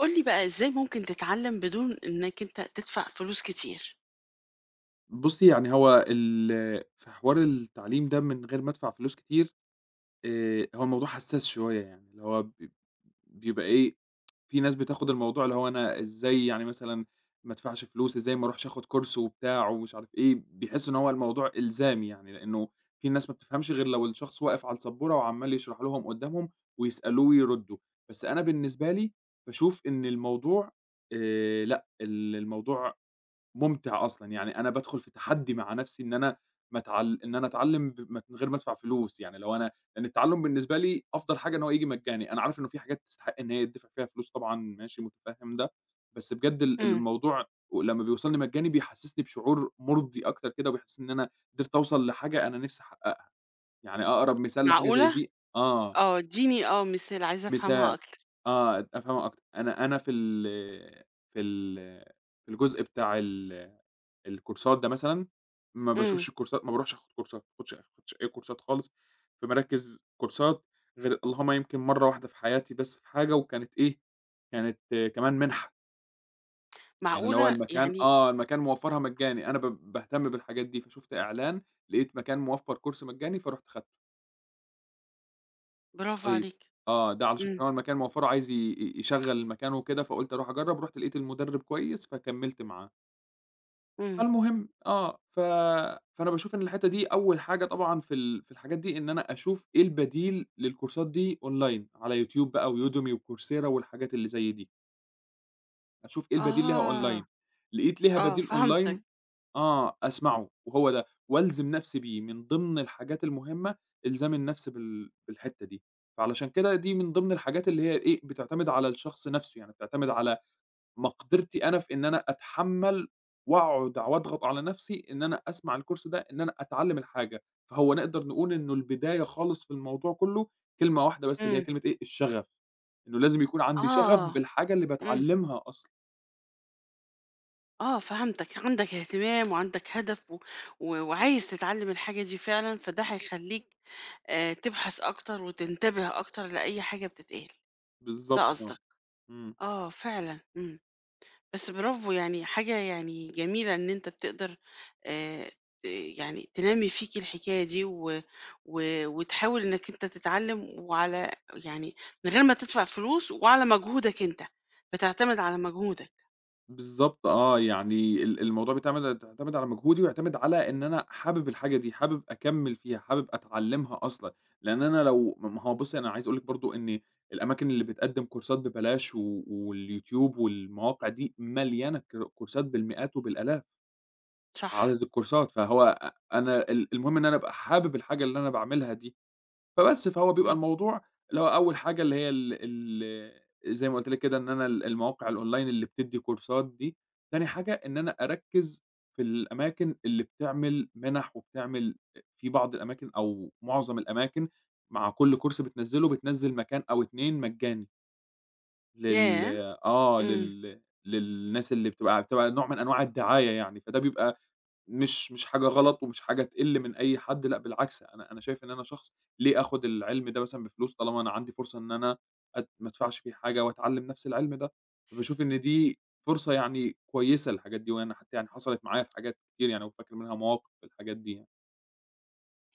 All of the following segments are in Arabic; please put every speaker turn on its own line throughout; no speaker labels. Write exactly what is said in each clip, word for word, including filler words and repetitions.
قُل لي بقى إزاي ممكن تتعلّم بدون إنّك أنت تدفع فلوس كتير؟
بُصّي، يعني هو ال في حوار التعليم ده من غير ما أدفع فلوس كتير، آآ هو الموضوع حسّاس شوية يعني، اللي هو ب بيبقى إيه، في ناس بتاخُد الموضوع اللي هو أنا إزاي يعني مثلًا ما أدفعش فلوس، إزاي ما أروحش آخُد كورس وبتاع ومش عارف إيه، بيحسّوا إن هو الموضوع إلزامي يعني، لإنه في ناس ما بتفهمش غير لو الشخص واقف على السبورة وعمّال يشرح لهم قُدّامهم ويسألوه ويردّوا، بس أنا بالنسبة لي باشوف إن الموضوع آآ لأ، ال الموضوع ممتع أصلًا، يعني أنا بادخل في تحدي مع نفسي إن أنا ما اتعل إن أنا أتعلم ب من غير ما أدفع فلوس، يعني لو أنا لأن التعلُّم بالنسبة لي أفضل حاجة إن هو ييجي مجاني، أنا عارف إنه في حاجات تستحق إن هي يدّفع فيها فلوس طبعًا ماشي مُتفهِّم ده، بس بجد ال
إمم.
الموضوع ولمّا بيوصلني مجاني بيحسّسني بشعور مُرضي أكتر كده، وبيحسّسني إن أنا قدرت أوصل لحاجة أنا نِفْسي أحقّقها، يعني أقرب مثال لحاجة زي
معقولة؟
دي آه،
آه، ادّيني آه مثال عايزة أفهمها
مثال
أكتر.
آه، أفهمها أكتر، أنا أنا في ال في ال في الجزء بتاع ال الكورسات ده مثلًا، ما
إمم.
باشوفش الكورسات ما باروحش آخد كورسات، ما باخدش ما باخدش أي كورسات خالص في مراكز كورسات، غير اللهم يمكن مرّة واحدة في حياتي بس في حاجة وكانت إيه، كانت آه، كمان منحة، يعني اللي هو
معقولة؟
المكان
يعني
آه، المكان موفّرها مجاني، أنا ب باهتم بالحاجات دي، فشُفت إعلان لقيت مكان موفّر كورس مجاني فرُحت خدته.
برافو
طيب.
عليك.
آه، ده علشان
إمم.
كمان هو المكان موفّره عايز ي ي يشغّل المكان وكده، فقُلت أروح أجرّب، رُحت لقيت المُدرّب كويس فكمّلت معاه.
إمم.
فالمهم آه، ف فأنا باشوف إن الحتّة دي أول حاجة طبعًا في ال في الحاجات دي إن أنا أشوف إيه البديل للكورسات دي أونلاين على يوتيوب بقى ويوديمي وكورسيرا والحاجات اللي زي دي، أشوف إيه البديل ليها
آه،
أونلاين، لقيت ليها
آه
بديل
فهمتك.
أونلاين آه، أسمعه وهو ده، وألزم نفسي بيه من ضمن الحاجات المهمة إلزام النفس بال بالحتّة دي، فعلشان كده دي من ضمن الحاجات اللي هي إيه، بتعتمد على الشخص نفسه، يعني بتعتمد على مقدرتي أنا في إن أنا أتحمّل وأقعد وأضغط على نفسي إن أنا أسمع الكورس ده، إن أنا أتعلّم الحاجة، فهو نقدر نقول إنه البداية خالص في الموضوع كلّه كلمة واحدة بس اللي هي
إمم.
كلمة إيه، الشغف، إنه لازم يكون عندي شغف
آه،
بالحاجة اللي
إمم،
باتعلّمها أصلًا،
آه فهمتك، عندك اهتمام وعندك هدف و و وعايز تتعلّم الحاجة دي فعلًا، فده هيخلّيك آآ تبحث أكتر وتنتبه أكتر لأي حاجة بتتقال، ده
بالضبط
قصدك.
آه، إمم.
آه فعلًا، إمم. بس برافو يعني حاجة يعني جميلة إن أنت بتقدر آه، ت- يعني تنمي فيك الحكاية دي و... و... وتحاول إنك أنت تتعلم وعلى يعني من غير ما تدفع فلوس وعلى مجهودك أنت بتعتمد على مجهودك.
بالضبط آه، يعني ال الموضوع بيتعمد بيعتمد على مجهودي ويعتمد على إن أنا حابب الحاجة دي، حابب أكمّل فيها، حابب أتعلّمها أصلًا، لإن أنا لو ما ما هو بُصّي أنا عايز أقول لِك برضه إن الأماكن اللي بتقدّم كورسات ببلاش و واليوتيوب والمواقع دي مليانة ك كورسات بالمئات وبالآلاف
صح.
عدد الكورسات، فهو أ أنا ال المهم إن أنا أبقى حابب الحاجة اللي أنا باعملها دي. فبس، فهو بيبقى
مم.
الموضوع اللي هو أول حاجة اللي هي ال ال زي ما قُلت لك كده إن أنا ال المواقع الأونلاين اللي بتدّي كورسات دي، تاني حاجة إن أنا أركّز في الأماكن اللي بتعمل مِنَح وبتعمل أ في بعض الأماكن أو معظم الأماكن مع كل كورس بتنزّله، بتنزّل مكان أو اتنين مجاني لل
ياه.
آه،
امم.
لل للناس اللي بتبقى بتبقى نوع من أنواع الدعاية يعني، فده بيبقى مش مش حاجة غلط ومش حاجة تقِل من أي حد، لأ بالعكس، أنا أنا شايف إن أنا شخص ليه آخُد العلم ده مثلًا بفلوس طالما أنا عندي فرصة إن أنا أت ما أدفعش فيه حاجة وأتعلِّم نَفْس العلم ده، فباشوف إن دي فرصة يعني كويسة للحاجات دي، وأنا حتى يعني حصلت معايا في حاجات كتير يعني وفاكر منها مواقف في الحاجات دي يعني.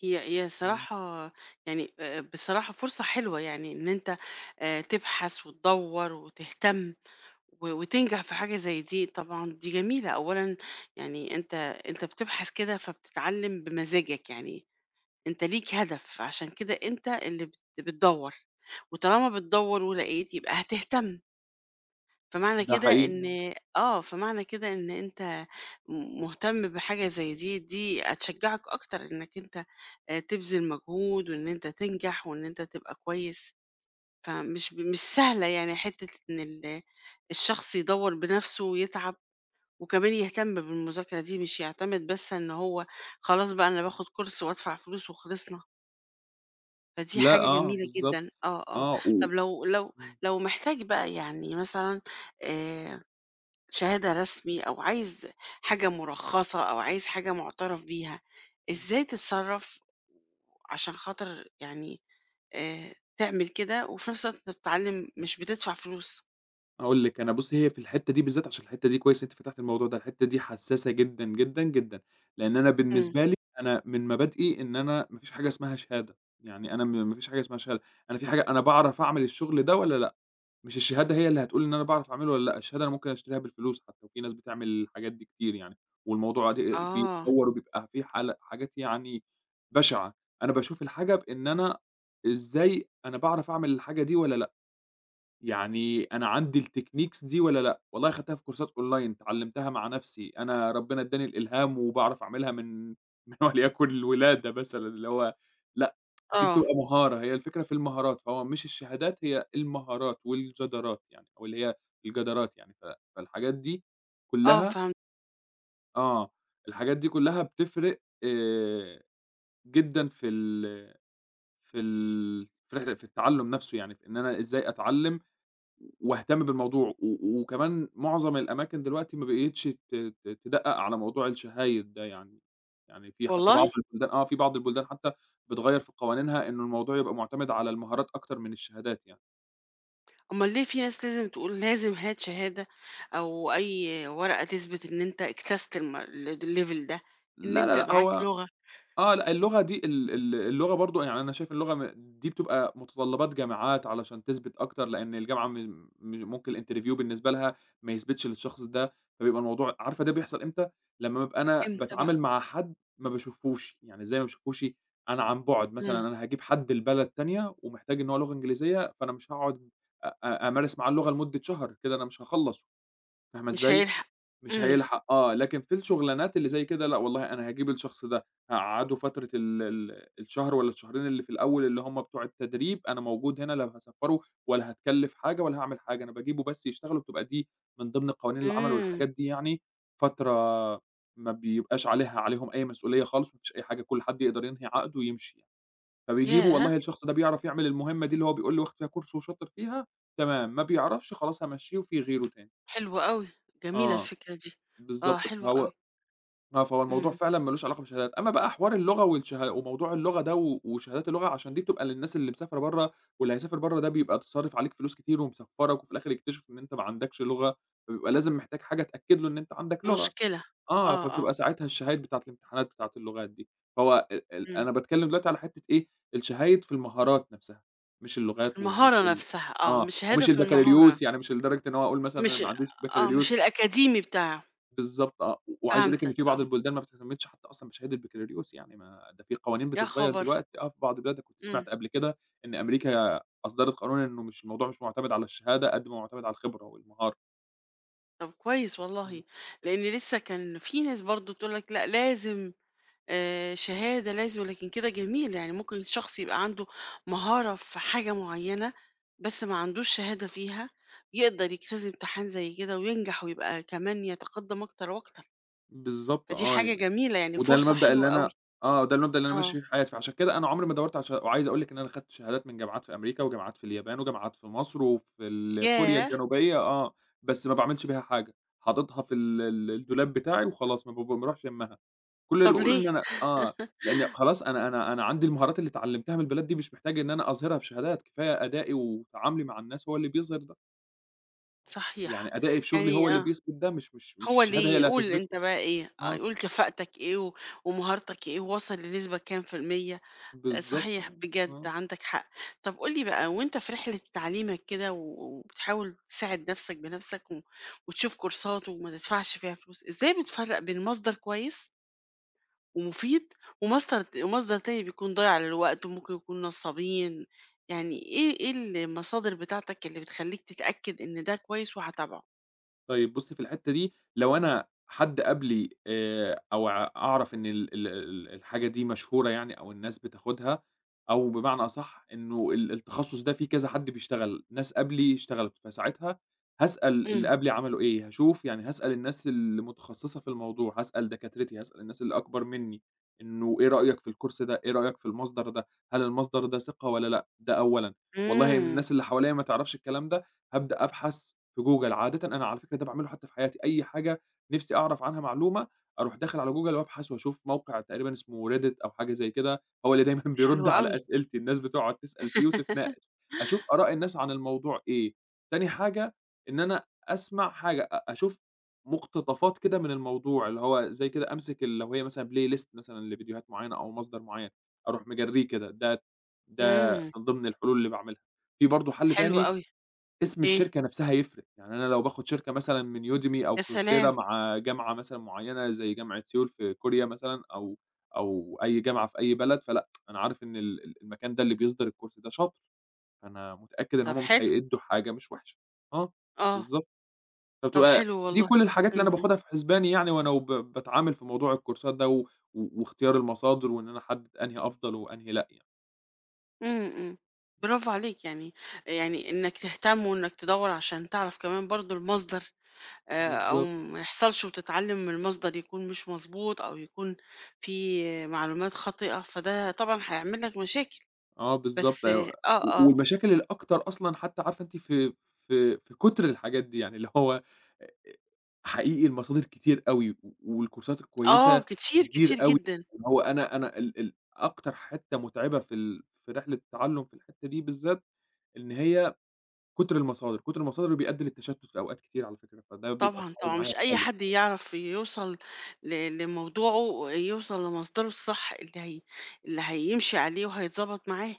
هي هي
إمم،
صراحة، يعني آه، بصراحة فرصة حلوة يعني إن أنت آه، تبحث وتدور وتهتم و وتنجح في حاجة زي دي طبعًا دي جميلة، أولًا يعني أنت أنت بتبحث كده فبتتعلم بمزاجك، يعني أنت ليك هدف، عشان كده أنت اللي بت بتدوّر، وطالما بتدوّر ولقيت يبقى هتهتم، فمعنى
ده
كده
حقيقي.
إن آه، فمعنى كده إن أنت م مهتم بحاجة زي دي، دي هتشجعك أكتر إنك أنت آآ تبذل مجهود وإن أنت تنجح وإن أنت تبقى كويس. فمش ب مش سهلة يعني حتّة إن ال الشخص يدوّر بنفسه ويتعب، وكمان يهتم بالمذاكرة دي، مش يعتمد بس إن هو خلاص بقى أنا باخد كورس وادفع فلوس وخلصنا، فدي
لأ،
حاجة
آه،
جميلة
بالضبط.
جدًا. آه، آه.
آه، و
طب لو لو
إمم.
لو محتاج بقى يعني مثلًا آآ شهادة رسمي أو عايز حاجة مُرخّصة أو عايز حاجة مُعترف بيها،
إمم.
إزاي تتصرّف عشان خاطر يعني آآ تعمل كده وفي نفس الوقت أنت بتتعلّم مش بتدفع فلوس؟
هاقول لِك، أنا بُصّي، هي في الحتّة دي بالذات عشان الحتّة دي كويس إن أنتِ فتحتِ الموضوع ده، الحتّة دي حسّاسة جدًا، جدًا، جدًا، لإن أنا
إمم.
بالنسبة لي أنا من مبادئي إن أنا ما فيش حاجة اسمها شهادة، يعني أنا م ما فيش حاجة اسمها شهادة، أنا في حاجة أنا باعرف أعمل الشغل ده والّا لأ، مش الشهادة هي اللي هتقول إن أنا باعرف أعمله والّا لأ، الشهادة أنا ممكن أشتريها بالفلوس حتى، وفي ناس بتعمل الحاجات دي كتير يعني، والموضوع د
آه،
بيتطور وبيبقى في حال حاجات يعني بشعة، أنا باشوف الحاجة بإن أنا إزاي أنا باعرف أعمل الحاجة دي والّا لأ. يعني أنا عندي التكنيكس دي والّا لأ؟ والله خدتها في كورسات أونلاين، اتعلمتها مع نفسي، أنا ربنا ادّاني الإلهام وباعرف أعملها من من وليكن الولادة مثلًا، اللي هو لأ، دي
آه،
بتبقى مهارة، هي الفكرة في المهارات، فهو مش الشهادات، هي المهارات والجدارات يعني، أو اللي هي الجدارات يعني، ف فالحاجات دي
آه
كلّها
فهمت.
آه، الحاجات دي كلّها بتفرق آآ جدًا في ال في ال في التعلُّم نفسه يعني، في إن أنا إزاي أتعلّم واهتم بالموضوع، و وكمان معظم الأماكن دلوقتي ما بقيتش ت ت تدقّق على موضوع الشهايد ده يعني، يعني في حتى بعض
والله!
البلدان آه، في بعض البلدان حتى بتغيّر في قوانينها إنه الموضوع يبقى مُعتمد على المهارات أكتر من الشهادات يعني،
أُمّال ليه في ناس لازم تقول لازم هات شهادة أو أي ورقة تثبت إن أنت اجتزت الم ال الlevel ده، إن
لا، لا،
أنت
لأ،
معاك
هو
لغة،
آه، لأ اللغة دي ال ال اللغة برضه يعني أنا شايف اللغة م دي بتبقى متطلّبات جامعات علشان تثبِت أكتر، لإن الجامعة م م ممكن الinterview بالنسبة لها ما يثبِتش للشخص ده، فبيبقى الموضوع عارفة ده بيحصل إمتى؟ لمّا بابقى أنا
إمتى بقى؟
باتعامل مع حد ما باشوفهوش، يعني إزاي ما باشوفهوش؟ أنا عن بُعد، مثلًا
إمم.
أنا هاجيب حد لبلد تانية ومحتاج إن هو لغة إنجليزية، فأنا مش هاقعُد أ أ أمارس معاه اللغة لمدة شهر، كده أنا مش هاخلّص، فاهمة
مش
إزاي؟
هيلحق.
مش
إمم.
هيلحق آه، لكن في الشغلانات اللي زي كده لأ والله أنا هاجيب الشخص ده، هاقعّده فترة ال ال الشهر والّا الشهرين اللي في الأول اللي هم بتوع التدريب، أنا موجود هنا لا هاسفّره ولا هاتكلّف حاجة ولا هاعمل حاجة، أنا باجيبه بس يشتغل وبتبقى دي من ضمن قوانين العمل
إمم.
والحاجات دي يعني فترة ما بيبقاش عليها عليهم أي مسؤولية خالص، ما فيش أي حاجة، كل حد يقدر ينهي عقده ويمشي يعني. فبيجيبوا
ياه!
والله الشخص ده بيعرف يعمل المهمة دي اللي هو بيقول لي واخد فيها كورس وشاطر فيها، تمام، ما بيعرفش خلاص هامشّيه وفي غيره تاني.
حلو أوي، جميلة
آه،
الفكرة دي، آه
بالضبط،
حلو
فهو
أوي،
آه، فهو الموضوع
إمم،
فعلًا ما لوش علاقة بالشهادات، أمّا بقى حوار اللغة والشه وموضوع اللغة ده و وشهادات اللغة عشان دي بتبقى للناس اللي مسافرة برّه، واللي هيسافر برّه ده بيبقى تصرّف عليك فلوس كتير ومسفّرك وفي الآخر يكتشف إن أنت ما عندكش لغة، فبيبقى لازم محتاج حاجة تأكد له إن أنت عندك لغة،
مشكلة،
آه،
آه، آه،
فبتبقى ساعتها الشهايد بتاعة الامتحانات بتاعة اللغات دي، فهو ال ال
إمم،
أنا باتكلّم دلوقتي على حتّة إيه، الشهايد في المهارات نفْسها، مش اللغات ومش
المهارة
ال
نفسها آه،
آه،
مش
ومش
هدف المهارة،
البكالوريوس يعني مش لدرجة إن هو أقول مثلًا أنا
مش
ما عنديش
آه، مش
بكالوريوس
الأكاديمي بتاعه،
بالضبط آه، وعايز أقول لِك إن
فهمتك
في بعض
آه،
البلدان ما بتهتمِّش حتى أصلًا بشهادة بكالوريوس، يعني ما ده في قوانين
يا
بتتغيّر
خبر!
دلوقتي آه، في بعض البلاد، أنا كنت
إمم،
سمعت قبل كده إن أمريكا أصدرت قانون إنه مش الموضوع مش معتمد على الشهادة قد ما معتمد على الخبرة والمهارة،
طب كويس
إمم،
والله، لإن لسه كان في ناس برضه تقول لك لأ لازم آآ، شهادة لازم لكن كده جميل، يعني ممكن شخص يبقى عنده مهارة في حاجة معينة، بس ما عندوش شهادة فيها، يقدر يجتاز امتحان زي كده وينجح ويبقى كمان يتقدم أكتر وأكتر،
بالضبط
فدي
آه،
حاجة
يعني
جميلة يعني
وده
فرصة
المبدأ اللي
حلوة أوي.
أنا آه، ده المبدأ اللي أنا ماشي
آه،
فيه في حياتي، فعشان كده أنا عمري ما دَوَّرت على شه وعايز أقول لِك إن أنا خدت شهادات من جامعات في أمريكا وجامعات في اليابان وجامعات في مصر وفي ال كوريا
ياه!
الجنوبية آه، بس ما باعملش بيها حاجة، حاططها في ال ال الدولاب بتاعي وخلاص ما ب ما باروحش يمّها. كل اللي
طب
باقوله
ليه؟
إن أنا آه، لإن خلاص أنا أنا أنا عندي المهارات اللي اتعلمتها من البلاد دي مش محتاج إن أنا أظهرها بشهادات، كفاية أدائي وتعاملي مع الناس هو اللي بيظهر ده،
صحيح،
يعني أدائي في شغلي هو
يعني
اللي
آه،
بيثبت ده مش مش مش
هو
الشهادة هي
ليه؟
اللي
قُل
هتثبته،
أنت بقى إيه، آه،
آه،
قُل كفاءتك إيه و ومهارتك إيه وواصل لنسبة كام في المِيّة؟ آه،
بالضبط
صحيح
آه،
بجد
آه.
عندك حق. طب قُل لي بقى وأنت في رحلة تعليمك كده و وبتحاول تساعد نَفْسك بنَفْسك و وتشوف كورسات وما تدفعش فيها فلوس، إزاي بتفرّق بين مصدر كويس ومفيد ومصدر ت ومصدر تاني بيكون ضايع للوقت وممكن يكون نصابين؟ يعني إيه إيه المصادر بتاعتك اللي بتخلّيك تتأكد إن ده كويس وهاتابعه؟
طيب بُصّي في الحتّة دي، لو أنا حد قبلي آآ، أو أع أعرف إن ال ال ال الحاجة دي مشهورة يعني أو الناس بتاخدها، أو بمعنى أصح إنه ال التخصُّص ده فيه كذا حد بيشتغل، ناس قبلي اشتغلت، فساعتها هاسأل اللي
إمم.
قبلي عملوا إيه، هاشوف يعني هاسأل الناس المتخصصة في الموضوع، هاسأل دكاترتي، هاسأل الناس اللي أكبر منّي، إنه إيه رأيك في الcourse ده، إيه رأيك في المصدر ده، هل المصدر ده ثقة والّا لأ، ده أولًا، والله من
إمم.
الناس اللي حواليّا ما تعرفش الكلام ده هابدأ أبحث في Google عادةً أنا على فكرة ده باعمله حتى في حياتي، أي حاجة نِفْسي أعرف عنها معلومة، أروح داخل على Google وأبحث وأشوف موقع تقريبًا اسمه Reddit أو حاجة زي كده، هو اللي دايمًا
حلو
بيرُد على
أوي.
أسئلتي، الناس بتقعد تسأل فيه وتتناقش، أشوف آراء الناس عن الموضوع إيه. تاني حاجة إن أنا أسمع حاجة، أ أشوف مُقتطفات كده من الموضوع، اللي هو زي كده أمسك ال لو هي مثلًا playlist مثلًا لفيديوهات معيّنة أو مصدر معيّن، أروح مجرّيه كده، ده ده
إمم.
من ضمن الحلول اللي باعملها. في برضه حَل
حلو
تاني
أوي.
اسم
إيه؟
الشركة نفسها يفرق، يعني أنا لو باخد شركة مثلًا من Udemy أو
يا
Coursera
سلام!
مع جامعة مثلًا معيّنة زي جامعة سيول في كوريا مثلًا أو أو أي جامعة في أي بلد، فلأ، أنا عارف إن ال ال المكان ده اللي بيصدر الcourse ده شاطر، فأنا متأكد إن
طب
هم مش
حلو.
هيأدّوا حاجة مش وحشة. آه،
آه.
بالضبط.
طب
فبتبقى
حلو
دي
والله.
كل الحاجات اللي أنا
إمم، إمم.
باخدها في حسباني يعني وأنا وب باتعامل في موضوع الكورسات ده و و- واختيار المصادر وإن أنا أحدد أنهي أفضل وأنهي لأ يعني.
إمم، إمم. برافو عليك يعني يعني إنّك تهتم وإنّك تدوّر عشان تعرف كمان برضه المصدر آآ أو
بالضبط.
ما يحصلش وتتعلّم من مصدر يكون مش مضبوط أو يكون فيه معلومات خاطئة، فده طبعًا هيعمل لك مشاكل.
آه بالضبط
بس
أيوه،
آه،
و
آه.
والمشاكل الأكتر أصلًا حتى عارفة أنتِ في في في كُتر الحاجات دي، يعني اللي هو أ أ حقيقي المصادر كتير أوي، و والكورسات
آه،
الكويسة
كتير، كتير
كتير أوي،
جدًا.
اللي هو أنا أنا ال ال أكتر حتّة مُتعبة في ال في رحلة التعلُّم في الحتّة دي بالذات، إن هي كُتر المصادر، كُتر المصادر بيؤدي للتشتُّت في أوقات كتير على فكرة، فده بيبقى
طبعًا،
صعب
طبعًا.
معايا
مش أي
خالص.
حد يعرف يوصل ل لموضوعه، يوصل لمصدره الصح اللي هي اللي هيمشي عليه وهيتضبط معاه.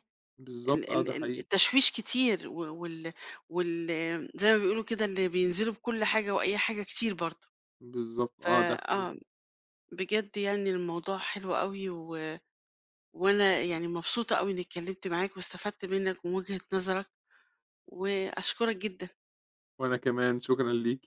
ال
بالضبط آه،
ال
ده
ال
حقيقي،
التشويش كتير و وال وال زي ما بيقولوا كده اللي بينزلوا بكل حاجة وأي حاجة كتير برضه،
بالضبط
ف
آه، ده
آه،
حقيقي،
بجد يعني الموضوع حلو أوي و وأنا يعني مبسوطة أوي إني اتكلمت معاك واستفدت منك ومن وجهة نظرك، وأشكرك جدًا.
وأنا كمان شكرًا ليكِ.